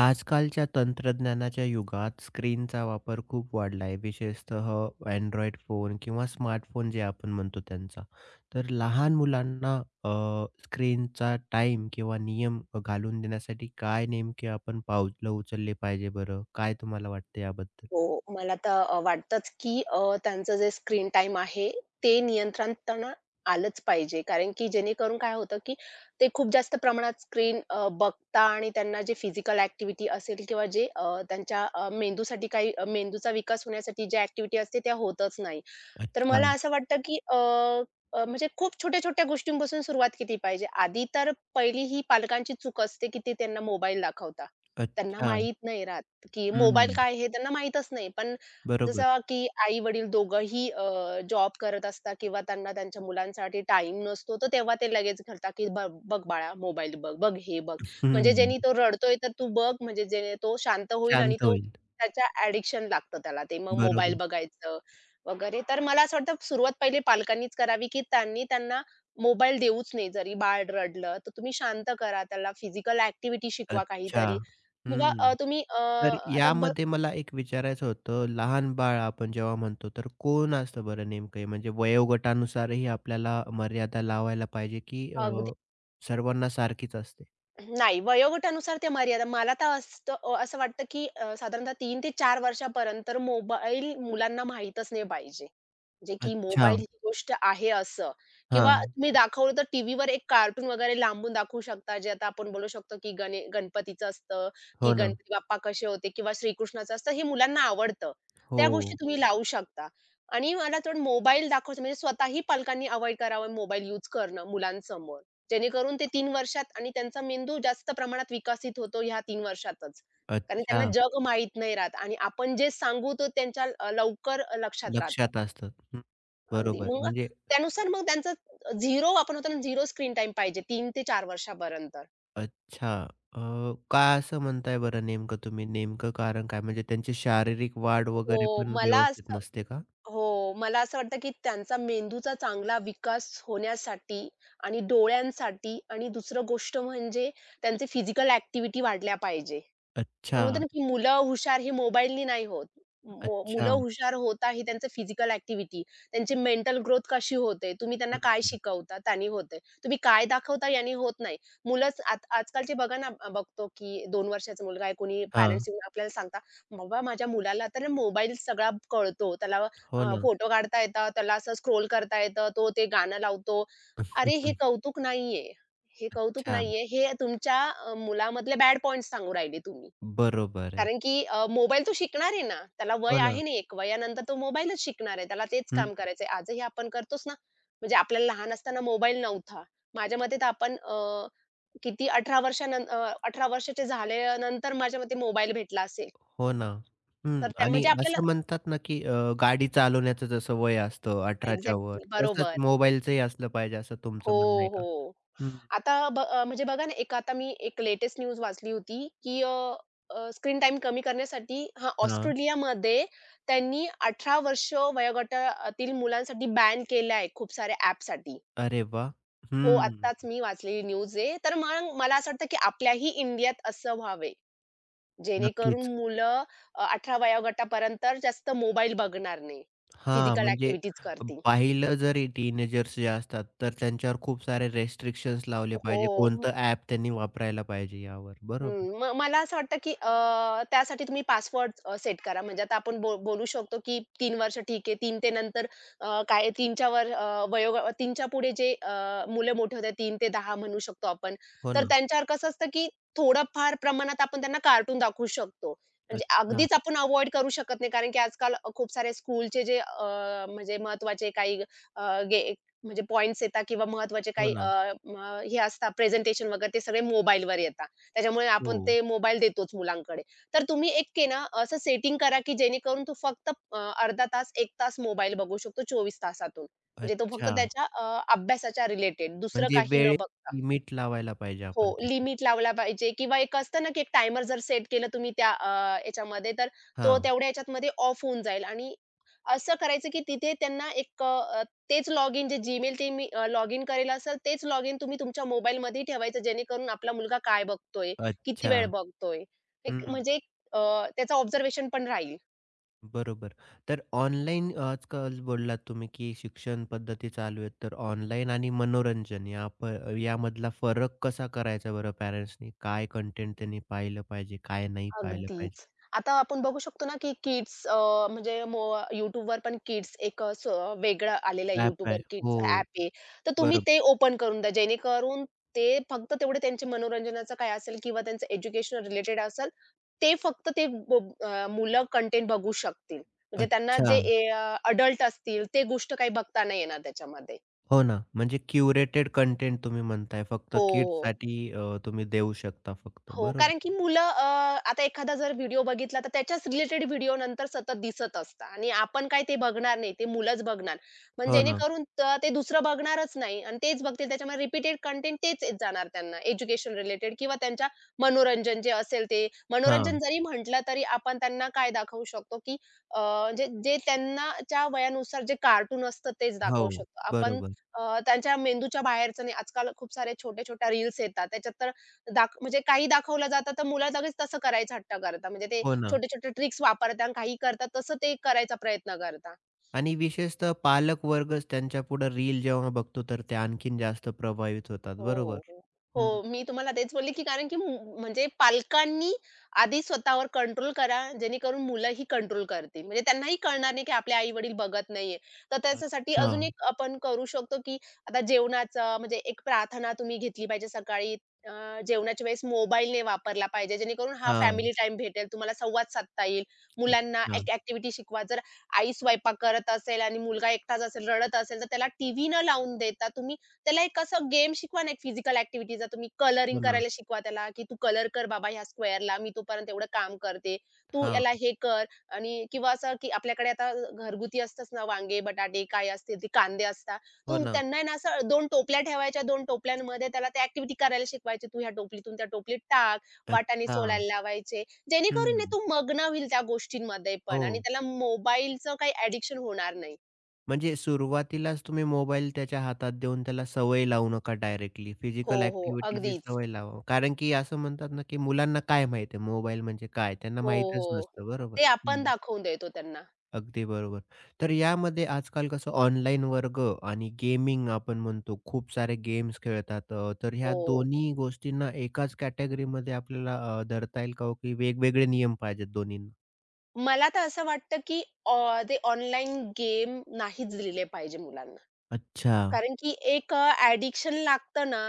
आजकालच्या तंत्रज्ञानाच्या युगात स्क्रीनचा वापर खूप वाढला आहे, विशेषतः Android फोन किंवा स्मार्टफोन जे आपण म्हणतो त्यांचा. तर लहान मुलांना अ, स्क्रीनचा टाईम किंवा नियम घालून देण्यासाठी काय नेमके आपण पावलं उचलले पाहिजे बरं? काय तुम्हाला वाटतं याबद्दल? हो, मला तर वाटतंच की त्यांचं जे स्क्रीन टाईम आहे, ते नियंत्रणात आलंच पाहिजे. कारण की जेणेकरून काय होतं, की ते खूप जास्त प्रमाणात स्क्रीन बघता आणि त्यांना जे फिजिकल ॲक्टिव्हिटी असेल किंवा जे त्यांच्या मेंदूसाठी काही मेंदूचा विकास होण्यासाठी ज्या ॲक्टिव्हिटी असते त्या होतच नाही. तर अच्छा, मला असं वाटतं, की अ, अ, म्हणजे खूप छोट्या-छोट्या गोष्टींपासून सुरुवात केली पाहिजे. आधी तर पहिली ही पालकांची चूक असते, की ते त्यांना मोबाईल दाखवता. त्यांना अच्छा. माहीत नाही राहत, की मोबाईल हं, काय हे त्यांना माहीतच नाही. पण बरोबर. जसं की आई-वडील दोघंही जॉब करत असतात किंवा त्यांना त्यांच्या मुलांसाठी टाईम नसतो, तर तेव्हा ते लगेच घालतात, की "बघ बघ बाळा, मोबाईल बघ, बघ हे बघ." म्हणजे हं, ज्यानी तो रडतोय तर तू बघ, म्हणजे जेणे तो शांत होईल आणि शांत तो होईल. त्याच्या ॲडिक्शन लागतं त्याला. ते मग मोबाईल बरोबर. बघायचं वगैरे. तर मला असं वाटतं सुरुवात पहिली पालकांनीच करावी, की त्यांनी त्यांना मोबाईल देऊच नाही. जरी बाळ रडलं, तर तुम्ही शांत करा त्याला. फिजिकल ॲक्टिव्हिटी शिकवा अच्छा. काहीतरी किंवा हं. तुम्ही तर आता भ यामध्ये मला एक विचारायचं होतं, लहान बाळ आपण जेव्हा म्हणतो, तर कोण असतं बरं नेमकं? हे? म्हणजे वयोगटानुसारही आपल्याला मर्यादा लावायला पाहिजे, की अगदी सर्वांना सारखीच असते? नाही, वयोगटानुसार त्या मर्यादा मला तर असतं असं वाटतं, की साधारणतः 3 ते 4 वर्षापर्यंत मोबाईल मुलांना माहीतच नाही पाहिजे. म्हणजे की अच्छा. मोबाईल ही गोष्ट आहे असं किंवा हां. तुम्ही दाखवलं तर टीव्हीवर एक कार्टून वगैरे लांबून दाखवू शकता, जे आता आपण बोलू शकतो, की गणे गणपतीचं असतं, की हो ना. गणपती बाप्पा कसे होते किंवा श्रीकृष्णाचं असतं, हे मुलांना आवडतं. त्या हो. गोष्टी तुम्ही लावू शकता आणि मला थोडं मोबाईल दाखवायचं म्हणजे स्वतःही पालकांनी अव्हॉइड करावं मोबाईल यूज करणं मुलांसमोर. जेणेकरून ते 3 वर्षात आणि त्यांचा मेंदू जास्त प्रमाणात विकसित होतो ह्या तीन वर्षातच. कारण त्यांना अच्छा. जग माहीत नाही राहत आणि आपण जे सांगू तो त्यांच्या लवकर लक्षात राहतं. लक्षात असतं. हं. अगदी. बरोबर. मग म्हणजे त्यानुसार मग त्यांचा अ, आपण म्हणतो ना 0 स्क्रीन टाइम पाहिजे तीन ते चार वर्षापर्यंत. अच्छा. अ, का असं म्हणताय बरं नेमकं तुम्ही? नेमकं कारण काय? म्हणजे त्यांची शारीरिक वाढ वगैरे हो, पण मला व्यवस्थित असं नसते का? हो, मला असं वाटतं, की त्यांचा मेंदूचा चांगला विकास होण्यासाठी आणि डोळ्यांसाठी आणि दुसरं गोष्ट म्हणजे त्यांची फिजिकल ॲक्टिव्हिटी वाढल्या पाहिजे. आपण अच्छा, म्हणतो ना, की मुलं हुशार हे मोबाईलनी नाही होत. अच्छा. मुलं हुशार होता ही त्यांचं फिजिकल ॲक्टिव्हिटी, त्यांची मेंटल ग्रोथ कशी होते, तुम्ही त्यांना हं, काय हं. शिकवता त्यानी होते. तुम्ही काय दाखवता याने होत नाही. मुलंच आज आजकालचे बघा ना, बघतो की 2 वर्षाचा मुलगा आहे, कोणी हां. पॅरेंट्स येऊन आपल्याला सांगतात, "बाबा माझ्या मुलाला तर मोबाईल सगळा कळतो. त्याला हो ना. फोटो काढता येतात, त्याला असं स्क्रोल करता येतं, तो ते गाणं लावतो." अरे हे कौतुक नाहीये. हे कौतुक अच्छा. नाहीये. हे तुमच्या मुलामधले बॅड पॉइंट्स सांगू राहिले तुम्ही. बरोबर आहे. कारण की मोबाईल तो शिकणार आहे ना. त्याला वय हो ना. आहे ना एक. वयानंतर तो मोबाईलच शिकणार आहे. त्याला तेच हं. काम करायचंय. आजही आपण करतोच ना. म्हणजे आपल्याला लहान असताना मोबाईल नव्हता. माझ्या मते तर आपण अ, किती 18 वर्षानं अ, वर्षाचे झाल्यानंतर माझ्या मते मोबाईल भेटला असेल. हो ना. तर हं. त्या आणि म्हणजे आपल्याला असं म्हणतात ना, की गाडी चालवण्याचं जसं वय असतं 18च्या वर, एक्झॅक्टली. तसंच बरोबर. मोबाईलचंही असलं पाहिजे असं हो, तुमचं म्हणणं आहे का? हो. हं. आता म्हणजे बघा ना, एक आता मी एक लेटेस्ट न्यूज वाचली होती, की स्क्रीन टाइम कमी करण्यासाठी हां, हां. ऑस्ट्रेलियामध्ये त्यांनी 18 वर्ष वयोगटातील मुलांसाठी बॅन केलं आहे खूप साऱ्या ॲपसाठी. अरे वाह! हो, हं. आत्ताच मी वाचलेली न्यूज आहे. तर मग मला असं वाटतं, की आपल्याही इंडियात असं व्हावे, नक्कीच. जेणेकरून मुलं 18 वयोगटापर्यंत जास्त मोबाईल बघणार नाही. हां, फिजिकल म्हणजे ॲक्टिव्हिटीज करतील. पाहिलं जरी टीनेजर्स जे असतात, तर त्यांच्यावर खूप सारे रेस्ट्रिक्शन्स लावले पाहिजे. हो. कोणतं ॲप त्यांनी वापरायला पाहिजे यावर. बरोबर. हं, मग मला असं वाटतं, की त्यासाठी तुम्ही पासवर्ड सेट करा. म्हणजे आता आपण बोलू शकतो, की 3 वर्ष ठीक आहे. 3 ते नंतर अ, काय 3 च्या वर अ, वयो 3 पुढे जे मुलं मोठी होतात 3 ते दहा म्हणू शकतो आपण. हो तर ना. त्यांच्यावर कसं असतं, की थोडंफार प्रमाणात आपण त्यांना कार्टून दाखवू शकतो. म्हणजे अच्छा. अगदीच आपण अव्हॉइड करू शकत नाही. कारण की आजकाल खूप सारे स्कूलचे जे म्हणजे महत्त्वाचे काही अ, गे म्हणजे पॉइंट्स येतात किंवा महत्त्वाचे हो काही ना. अ, म हे असतात प्रेझेंटेशन वगैरे ते सगळे मोबाईलवर येतात. त्याच्यामुळे हो. आपण ते मोबाईल देतोच मुलांकडे. तर तुम्ही एक आहे ना, असं सेटिंग करा, की जेणेकरून तो फक्त अर्धा तास, एक तास मोबाईल बघू शकतो 24 तासातून. म्हणजे तो फक्त अच्छा. त्याच्या अभ्यासाच्या रिलेटेड दुसरं म्हणजे काही न वेळेत बघता. लिमिट लावायला पाहिजे हो, आपण ते. लिमिट लावला पाहिजे किंवा एक असतं ना, की एक टायमर जर सेट केलं तुम्ही त्या याच्यामध्ये तर तो हां. तेवढ्या याच्यामध्ये ऑफ होऊन जाईल आणि असं करायचं, की तिथे त्यांना एक तेच लॉगिन जे जीमेल ते मी लॉगिन करेल असेल, तेच लॉगिन तुम्ही तुमच्या मोबाईलमध्येही ठेवायचं जेणेकरून आपला मुलगा काय बघतोय, किती अच्छा. वेळ बघतोय. एक हं. म्हणजे एक, अ, त्याचं ऑब्झर्वेशन पण राहील. बरोबर. तर ऑनलाईन आजकाल बोललात तुम्ही, की शिक्षण पद्धती चालू आहेत. तर ऑनलाईन आणि मनोरंजन या प यामधला फरक कसा करायचा बरं पॅरेंट्सनी? काय कंटेंट त्यांनी पाहिलं पाहिजे, काय नाही पाहिलं पाहिजे? अगदीच. आता आपण बघू शकतो ना, की किड्स म्हणजे मो YouTubeवर पण किड्स एक अ, स वेगळं आलेलं आहे ॲप आहे. YouTubeवर किड्स ॲप हो, आहे. तर तुम्ही बरोबर. ते ओपन करून द्या. जेणेकरून ते फक्त तेवढे त्यांचे मनोरंजनाचं काय असेल किंवा त्यांचं एज्युकेशन रिलेटेड असेल, ते फक्त ते ब अ, मुलं कंटेंट बघू शकतील. म्हणजे त्यांना जे अच्छा. अडल्ट असतील, ते गोष्ट काही बघता नाही येणार त्याच्यामध्ये. हो ना. म्हणजे क्युरेटेड कंटेंट तुम्ही म्हणताय फक्त हो, हो. किड्ससाठी तुम्ही देऊ शकता फक्त. हो, बरोबर. कारण की मुलं आता एखादा जर व्हिडिओ बघितला, तर त्याच्याच रिलेटेड व्हिडिओ नंतर सतत दिसत असतात आणि आपण काय ते बघणार नाही, ते मुलंच बघणार. मग हो ना. जेणेकरून ते दुसरं बघणारच नाही आणि तेच बघतील. त्याच्यामुळे रिपीटेड कंटेंट तेच येत जाणार त्यांना, एज्युकेशन रिलेटेड किंवा त्यांच्या मनोरंजन जे असेल ते. मनोरंजन हां. जरी म्हटलं, तरी आपण त्यांना काय दाखवू शकतो, की अ, जे जे त्यांनाच्या वयानुसार जे कार्टून असतं, तेच दाखवू हो. शकतो. आपण बरोबर. त्यांच्या मेंदूच्या बाहेरचं नाही. आजकाल खूप सारे छोट्या-छोट्या रील्स येतात. त्याच्यात तर म्हणजे काही दाखवलं जातं, तर मुलं लगेच तसं करायचा हट्ट करतात. म्हणजे ते हो ना. छोटे-छोटे ट्रिक्स वापरतात आणि काही करतात, तसं ते करायचा प्रयत्न करतात. आणि विशेषतः पालक वर्गच त्यांच्यापुढे रील जेव्हा बघतो, तर ते आणखीन जास्त प्रभावित होतात. बरोबर. हो, हो. हं. हो, मी तुम्हाला तेच बोलले, की कारण की म्हणजे पालकांनी आधी स्वतःवर कंट्रोल करा, जेणेकरून मुलं ही कंट्रोल करतील. म्हणजे त्यांनाही कळणार नाही, की आपले आई-वडील बघत नाहीये. तर त्याच्यासाठी अच्छा. अजून एक आपण करू शकतो, की आता जेवणाचं म्हणजे एक प्रार्थना तुम्ही घेतली पाहिजे सकाळी. अ, जेवणाच्या वेळेस मोबाईल नाही वापरला पाहिजे, जेणेकरून हा हां. फॅमिली टाईम भेटेल. तुम्हाला संवाद साधता येईल. मुलांना अच्छा. एक ॲक्टिव्हिटी शिकवा. जर आई स्वयंपाक करत असेल आणि मुलगा एकटाच असेल, रडत असेल, तर त्याला टीव्ही न लावून देता तुम्ही त्याला एक असं गेम शिकवा ना, एक फिजिकल ॲक्टिव्हिटीचा तुम्ही हो कलरिंग ना. करायला शिकवा त्याला, की "तू कलर कर बाबा ह्या स्क्वेअरला, मी तोपर्यंत एवढं काम करते. तू हां. याला हे कर" आणि किंवा असं की आपल्याकडे आता घरगुती असतंच ना, वांगे, बटाटे काय असतील, ते कांदे असतात. हो तू ना. त्यांना आहे ना, असं 2 टोपल्या ठेवायच्या, 2 टोपल्यांमध्ये त्याला त्या ॲक्टिव्हिटी करायला शिकवायची. "तू ह्या टोपलीतून त्या टोपलीत टाक." वाटाणे अच्छा. सोलायला लावायचे. जेणेकरून ना, हं. तो मग्न होईल त्या गोष्टींमध्ये पण हो. आणि त्याला मोबाईलचं काही ॲडिक्शन होणार नाही. म्हणजे सुरुवातीलाच तुम्ही मोबाईल त्याच्या हातात देऊन त्याला सवय लावू नका डायरेक्टली. हो, फिजिकल हो. ॲक्टिव्हिटीची अगदीच. सवय लावा. कारण की असं म्हणतात ना, की मुलांना काय माहिती आहे मोबाईल म्हणजे काय? त्यांना हो, माहीतच हो. नसतं. बरोबर. ते आपण हं. दाखवून देतो त्यांना. अगदी बरोबर. तर यामध्ये आजकाल कसं ऑनलाईन वर्ग आणि गेमिंग आपण म्हणतो, खूप सारे गेम्स खेळतात. तर ह्या हो. दोन्ही गोष्टींना एकाच कॅटेगरीमध्ये आपल्याला धरता येईल का हो, की वेगवेगळे नियम पाहिजेत दोन्हींना? मला तर असं वाटतं, की ऑ ते ऑनलाईन गेम नाहीच दिले पाहिजे मुलांना. अच्छा. कारण की ॲडिक्शन लागतं ना,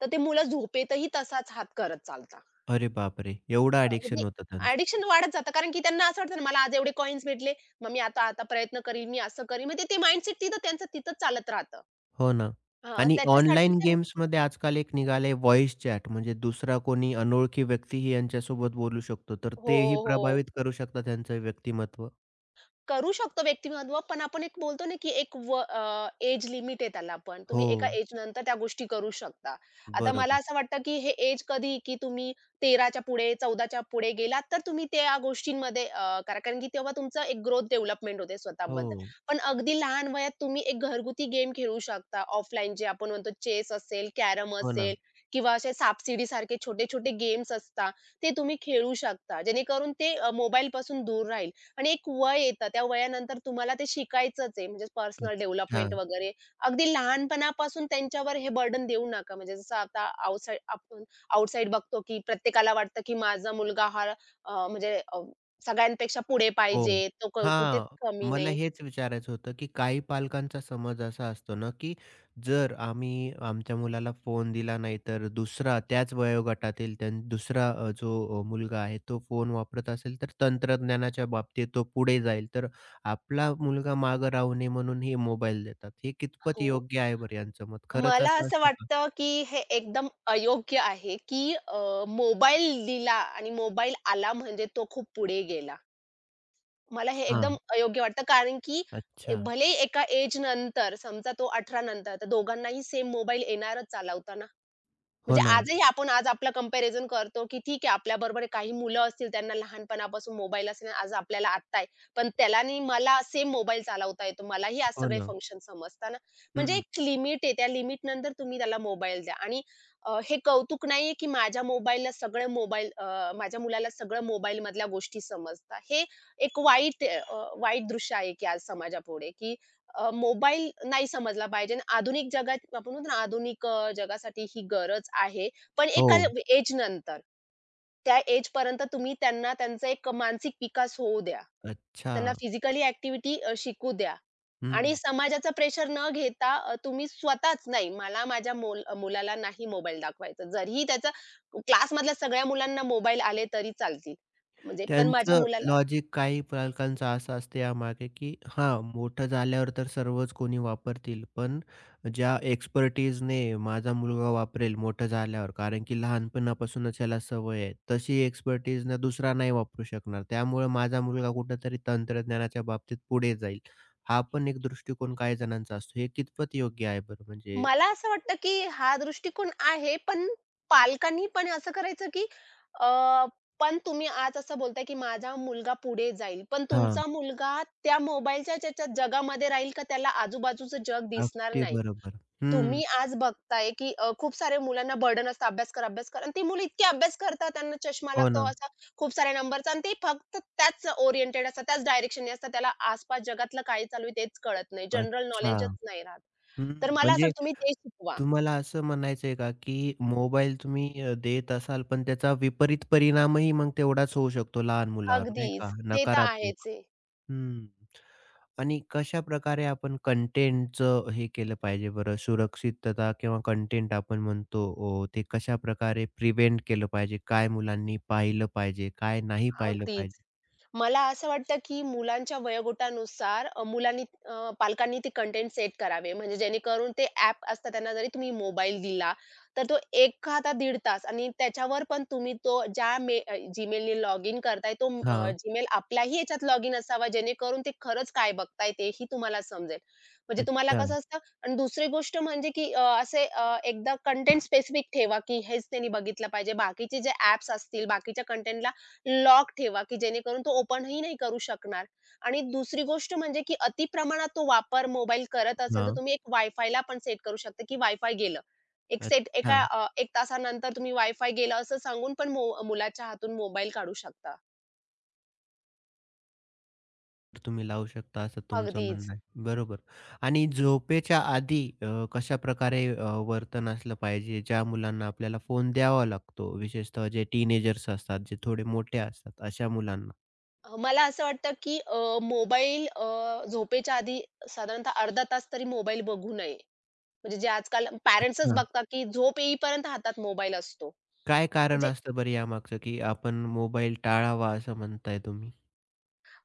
तर ते मुलं झोपेतही तसाच हात करत चालतात. अरे बापरे! एवढं म्हणजे अडिक्शन होतं त्यांचं. ॲडिक्शन वाढत जातं. कारण की त्यांना असं वाटतं ना, मला आज एवढे कॉइन्स भेटले, मग मी आता आता प्रयत्न करीन, मी असं करीन. म्हणजे ते माइंडसेट तिथं त्यांचं तिथंच चालत राहतं. हो ना. हां, आणि त्याच्यासाठी ऑनलाईन ते गेम्समध्ये आजकाल एक निघालंय व्हॉईस चॅट, म्हणजे दुसरा कोणी अनोळखी व्यक्तीही यांच्यासोबत बोलू शकतो. तर हो, तेही हो. प्रभावित करू शकतात त्यांचं व्यक्तिमत्व. करू शकतो व्यक्तिमत्व, पण आपण एक बोलतो ना, की एक एज लिमिट आहे त्याला पण. तुम्ही हो, एका एजनंतर त्या गोष्टी करू शकता. आता मला बरोबर. असं वाटतं, की हे एज कधी, की तुम्ही 13च्या पुढे, 14च्या पुढे गेलात, तर तुम्ही त्या गोष्टींमध्ये करा. कारण की तेव्हा तुमचं एक ग्रोथ डेव्हलपमेंट होते स्वतःबद्दल. हो, पण अगदी लहान वयात तुम्ही एक घरगुती गेम खेळू शकता. ऑफलाईन जे आपण म्हणतो चेस असेल, कॅरम हो असेल ना. किंवा असे सापशिडीसारखे छोटे-छोटे गेम्स असतात, ते तुम्ही खेळू शकता. जेणेकरून ते मोबाईलपासून दूर राहील. आणि एक वय येतं. त्या वयानंतर तुम्हाला ते शिकायचंच आहे. म्हणजे पर्सनल अच्छा. डेव्हलपमेंट वगैरे. अगदी लहानपणापासून त्यांच्यावर हे बर्डन देऊ नका. म्हणजे जसं आता आउटसाइड बघतो, की प्रत्येकाला वाटतं, की माझा मुलगा हा अ, म्हणजे अ, सगळ्यांपेक्षा पुढे हो. पाहिजे. तो कुठेच हां. कमी मला नाही. हेच विचारायचं होतं, की काही पालकांचा समज असा असतो ना, की जर आम्ही आमच्या मुलाला फोन दिला नाही, तर दुसरा त्याच वयोगटातील त्यां दुसरा जो मुलगा आहे, तो फोन वापरत असेल, तर तंत्रज्ञानाच्या बाबतीत तो पुढे जाईल. तर आपला मुलगा मागं राहू नये म्हणून हे मोबाईल देतात. हे कितपत हो. योग्य आहे बरं यांचं मत? खरंच मला असं असं असतं का? वाटतं, की हे एकदम अयोग्य आहे, की मोबाईल दिला आणि मोबाईल आला म्हणजे तो खूप पुढे गेला. मला हे एकदम हां. अयोग्य वाटतं कारण की अच्छा. भलेही एका एज नंतर समजा तो 18 नंतर, तर दोघांनाही सेम मोबाईल येणारच चालवताना. हो म्हणजे ना. आजही आपण आज आपलं कंपॅरिझन करतो, की ठीक आहे आपल्याबरोबर काही मुलं असतील त्यांना लहानपणापासून मोबाईल असेल आज आपल्याला आत्ता आहे. पण त्याला आणि मला सेम मोबाईल चालवता येतो. मलाही आज हो सगळे ना. फंक्शन समजतात ना. म्हणजे हं. एक लिमिट आहे. त्या लिमिटनंतर तुम्ही त्याला मोबाईल द्या आणि हे कौतुक नाहीये, की माझ्या मुलाला सगळं मोबाईलमधल्या गोष्टी समजतात. हे एक वाईट दृश्य आहे, की आज समाजापुढे, की मोबाईल नाही समजला पाहिजे आणि आधुनिक जगात आपण म्हणतो ना, आधुनिक जगासाठी ही गरज आहे. पण हो. एका एज नंतर. त्या एजपर्यंत तुम्ही त्यांना त्यांचा एक मानसिक विकास होऊ द्या. अच्छा. त्यांना फिजिकली ॲक्टिव्हिटी शिकू द्या आणि हं. समाजाचं प्रेशर न घेता तुम्ही स्वतःच नाही, मला माझ्या मुलाला नाही मोबाईल दाखवायचा. जरीही त्याचा क्लासमधल्या सगळ्या मुलांना मोबाईल आले तरी चालतील. म्हणजे पण माझ्या त्यांचं मुलाला लॉजिक काही पालकांचं असं असतं यामागे, की हां, मोठं झाल्यावर तर सर्वच कोणी वापरतील, पण ज्या एक्सपर्टीजने माझा मुलगा वापरेल मोठं झाल्यावर, कारण की लहानपणापासूनच ह्याला सवय आहे, तशी एक्सपर्टीजने दुसरा नाही वापरू शकणार. त्यामुळे माझा मुलगा कुठेतरी तंत्रज्ञानाच्या बाबतीत पुढे जाईल. हा पण एक दृष्टिकोन काही जणांचा असतो. हे कितपत योग्य आहे बरं म्हणजे? मला असं वाटतं, की हा दृष्टिकोन आहे, पण पालकांनी पण असं करायचं, की अ, पण तुम्ही आज असं बोलताय, की माझा मुलगा पुढे जाईल. पण हां, तुमचा मुलगा त्या मोबाईलच्या त्याच्या जगामध्ये राहील का त्याला आजूबाजूचं जग दिसणार अगदी नाही. बरोबर. हं, तुम्ही आज बघताय, की खूप साऱ्या मुलांना बर्डन असतं अभ्यास कर, अभ्यास कर. आणि ती मुलं इतकी अभ्यास करतात, त्यांना चष्मा हो लागतो ना. असा खूप साऱ्या नंबरचा आणि ते फक्त त्याच ओरिएंटेड असतात, त्याच डायरेक्शनने असतात. त्याला आसपास जगातलं काय चालू आहे तेच कळत नाही. जनरल अच्छा. नॉलेजच नाही राहत. हं, तर मला असं म्हणजे वाटतं तुम्ही ते शिकवा. तुम्हाला असं म्हणायचंय का, की मोबाईल तुम्ही देत असाल, पण त्याचा विपरीत परिणामही मग तेवढाच होऊ शकतो लहान मुलावर, नाही अगदीच. का? ते तर आहेच नकारात्मक. आहे. हं. आणि कशाप्रकारे आपण कंटेंटचं हे केलं पाहिजे बरं? सुरक्षितता किंवा कंटेंट आपण म्हणतो ते कशाप्रकारे प्रिव्हेंट केलं पाहिजे? काय मुलांनी पाहिलं पाहिजे? काय नाही पाहिलं अगदीच. पाहिजे? मला असं वाटतं, की मुलांच्या वयोगटानुसार पालकांनी ते कंटेंट सेट करावे. म्हणजे जेणेकरून ते ॲप असतात त्यांना जरी तुम्ही मोबाईल दिला, तर तो 1:10 तास आणि त्याच्यावर पण तुम्ही तो ज्या लॉग इन करताय तो हां. Gmail आपल्याही ह्याच्यात लॉग इन असावा जेणेकरून ते खरंच काय बघताय तेही तुम्हाला समजेल. म्हणजे तुम्हाला अच्छा. कसं असतं आणि दुसरी गोष्ट म्हणजे, की एकदा कंटेंट स्पेसिफिक ठेवा, की हेच त्यांनी बघितलं पाहिजे. बाकीचे जे ॲप्स असतील, बाकीच्या कंटेंटला लॉक ठेवा, की जेणेकरून तो ओपनही नाही करू शकणार आणि दुसरी गोष्ट म्हणजे, की अति प्रमाणात तो वापर मोबाईल करत असेल, तर हां. तुम्ही एक वायफायला पण सेट करू शकता, की वायफाय गेलं. एक सेट अच्छा. एका 1 तासानंतर तुम्ही वायफाय गेलं असं सांगून पण मुलाच्या हातून मोबाईल काढू शकता. तर तुम्ही लावू शकता असं तुमचं अगदीच. म्हणणं आहे. बरोबर. आणि झोपेच्या आधी कशा प्रकारे वर्तन असलं पाहिजे? ज्या मुलांना आपल्याला फोन द्यावा लागतो, विशेषतः जे टीनेजर्स असतात, जे थोडे मोठे असतात अशा मुलांना. मला असं वाटतं, की झोपेच्या आधी साधारणतः अर्धा तास तरी मोबाईल बघू नये. म्हणजे जे आजकाल पॅरेंट्सच अच्छा. बघतात, की झोप येईपर्यंत हातात मोबाईल असतो. काय कारण म्हणजे असतं बरं यामागचं, की आपण मोबाईल टाळावा असं म्हणताय तुम्ही?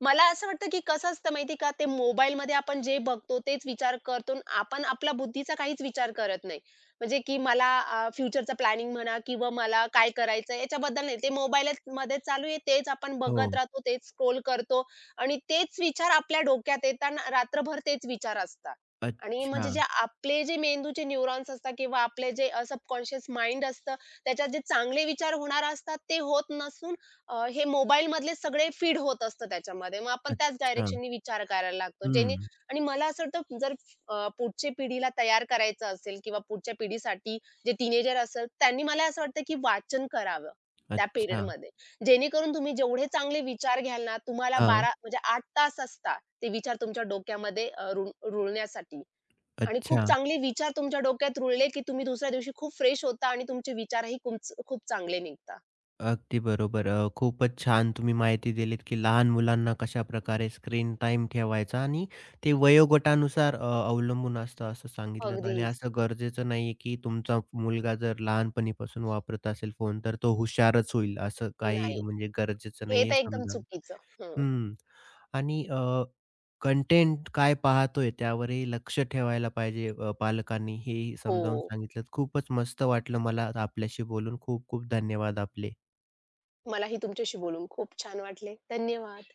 मला असं वाटतं, की कसं असतं माहिती का, ते मोबाईलमध्ये आपण जे बघतो तेच विचार करतो. न, आपण आपला बुद्धीचा काहीच विचार करत नाही. म्हणजे की मला फ्युचरचं प्लॅनिंग म्हणा किंवा मला काय करायचं याच्याबद्दल नाही. ते मोबाईलमध्ये चालू आहे, तेच आपण हो. बघत राहतो, तेच स्क्रोल करतो आणि तेच विचार आपल्या डोक्यात येताना रात्रभर तेच विचार असतात. आणि अच्छा, म्हणजे जे आपले जे मेंदूचे न्यूरॉन्स असतात किंवा आपले जे सबकॉन्शियस माइंड असतं, त्याच्यात जे चांगले विचार होणार असतात ते होत नसून हे मोबाईलमधले सगळे फीड होत असतं त्याच्यामध्ये. मग आपण त्याच अच्छा. डायरेक्शननी विचार करायला लागतो. जेणे हं. आणि मला असं वाटतं जर पुढच्या पिढीला तयार करायचं असेल किंवा पुढच्या पिढीसाठी जे टीनेजर असेल, त्यांनी मला असं वाटतं की वाचन करावं त्या अच्छा. पिरियडमध्ये. जेणेकरून तुम्ही जेवढे चांगले विचार घ्याल ना, तुम्हाला हां. 12 म्हणजे 8 तास असतात ते विचार तुमच्या डोक्यामध्ये अ, रुळ रुळण्यासाठी आणि खूप अच्छा. चांगले विचार तुमच्या डोक्यात रुळले की तुम्ही दुसऱ्या दिवशी खूप फ्रेश होता आणि तुमचे विचारही खूप खूप चांगले निघतात. अगदी बरोबर. खूपच छान तुम्ही माहिती दिलीत, की लहान मुलांना कशा प्रकारे स्क्रीन टाइम ठेवायचा आणि ते वयोगटानुसार अवलंबून असतं असं सांगितलं आणि अगदीच. असं गरजेचं नाहीये, की तुमचा मुलगा जर लहानपणीपासून वापरत असेल फोन, तर तो हुशारच होईल असं काही नाही. म्हणजे गरजेचं हे नाही तर हे एकदम समजावलं. चुकीचं. हं. हं. आणि कंटेंट काय पाहतोय त्यावरही लक्ष ठेवायला पाहिजे पालकांनी हेही समजावून हो. सांगितलंत. खूपच मस्त वाटलं मला आपल्याशी बोलून. खूप खूप धन्यवाद आपले. मलाही तुमच्याशी बोलून खूप छान वाटले. धन्यवाद.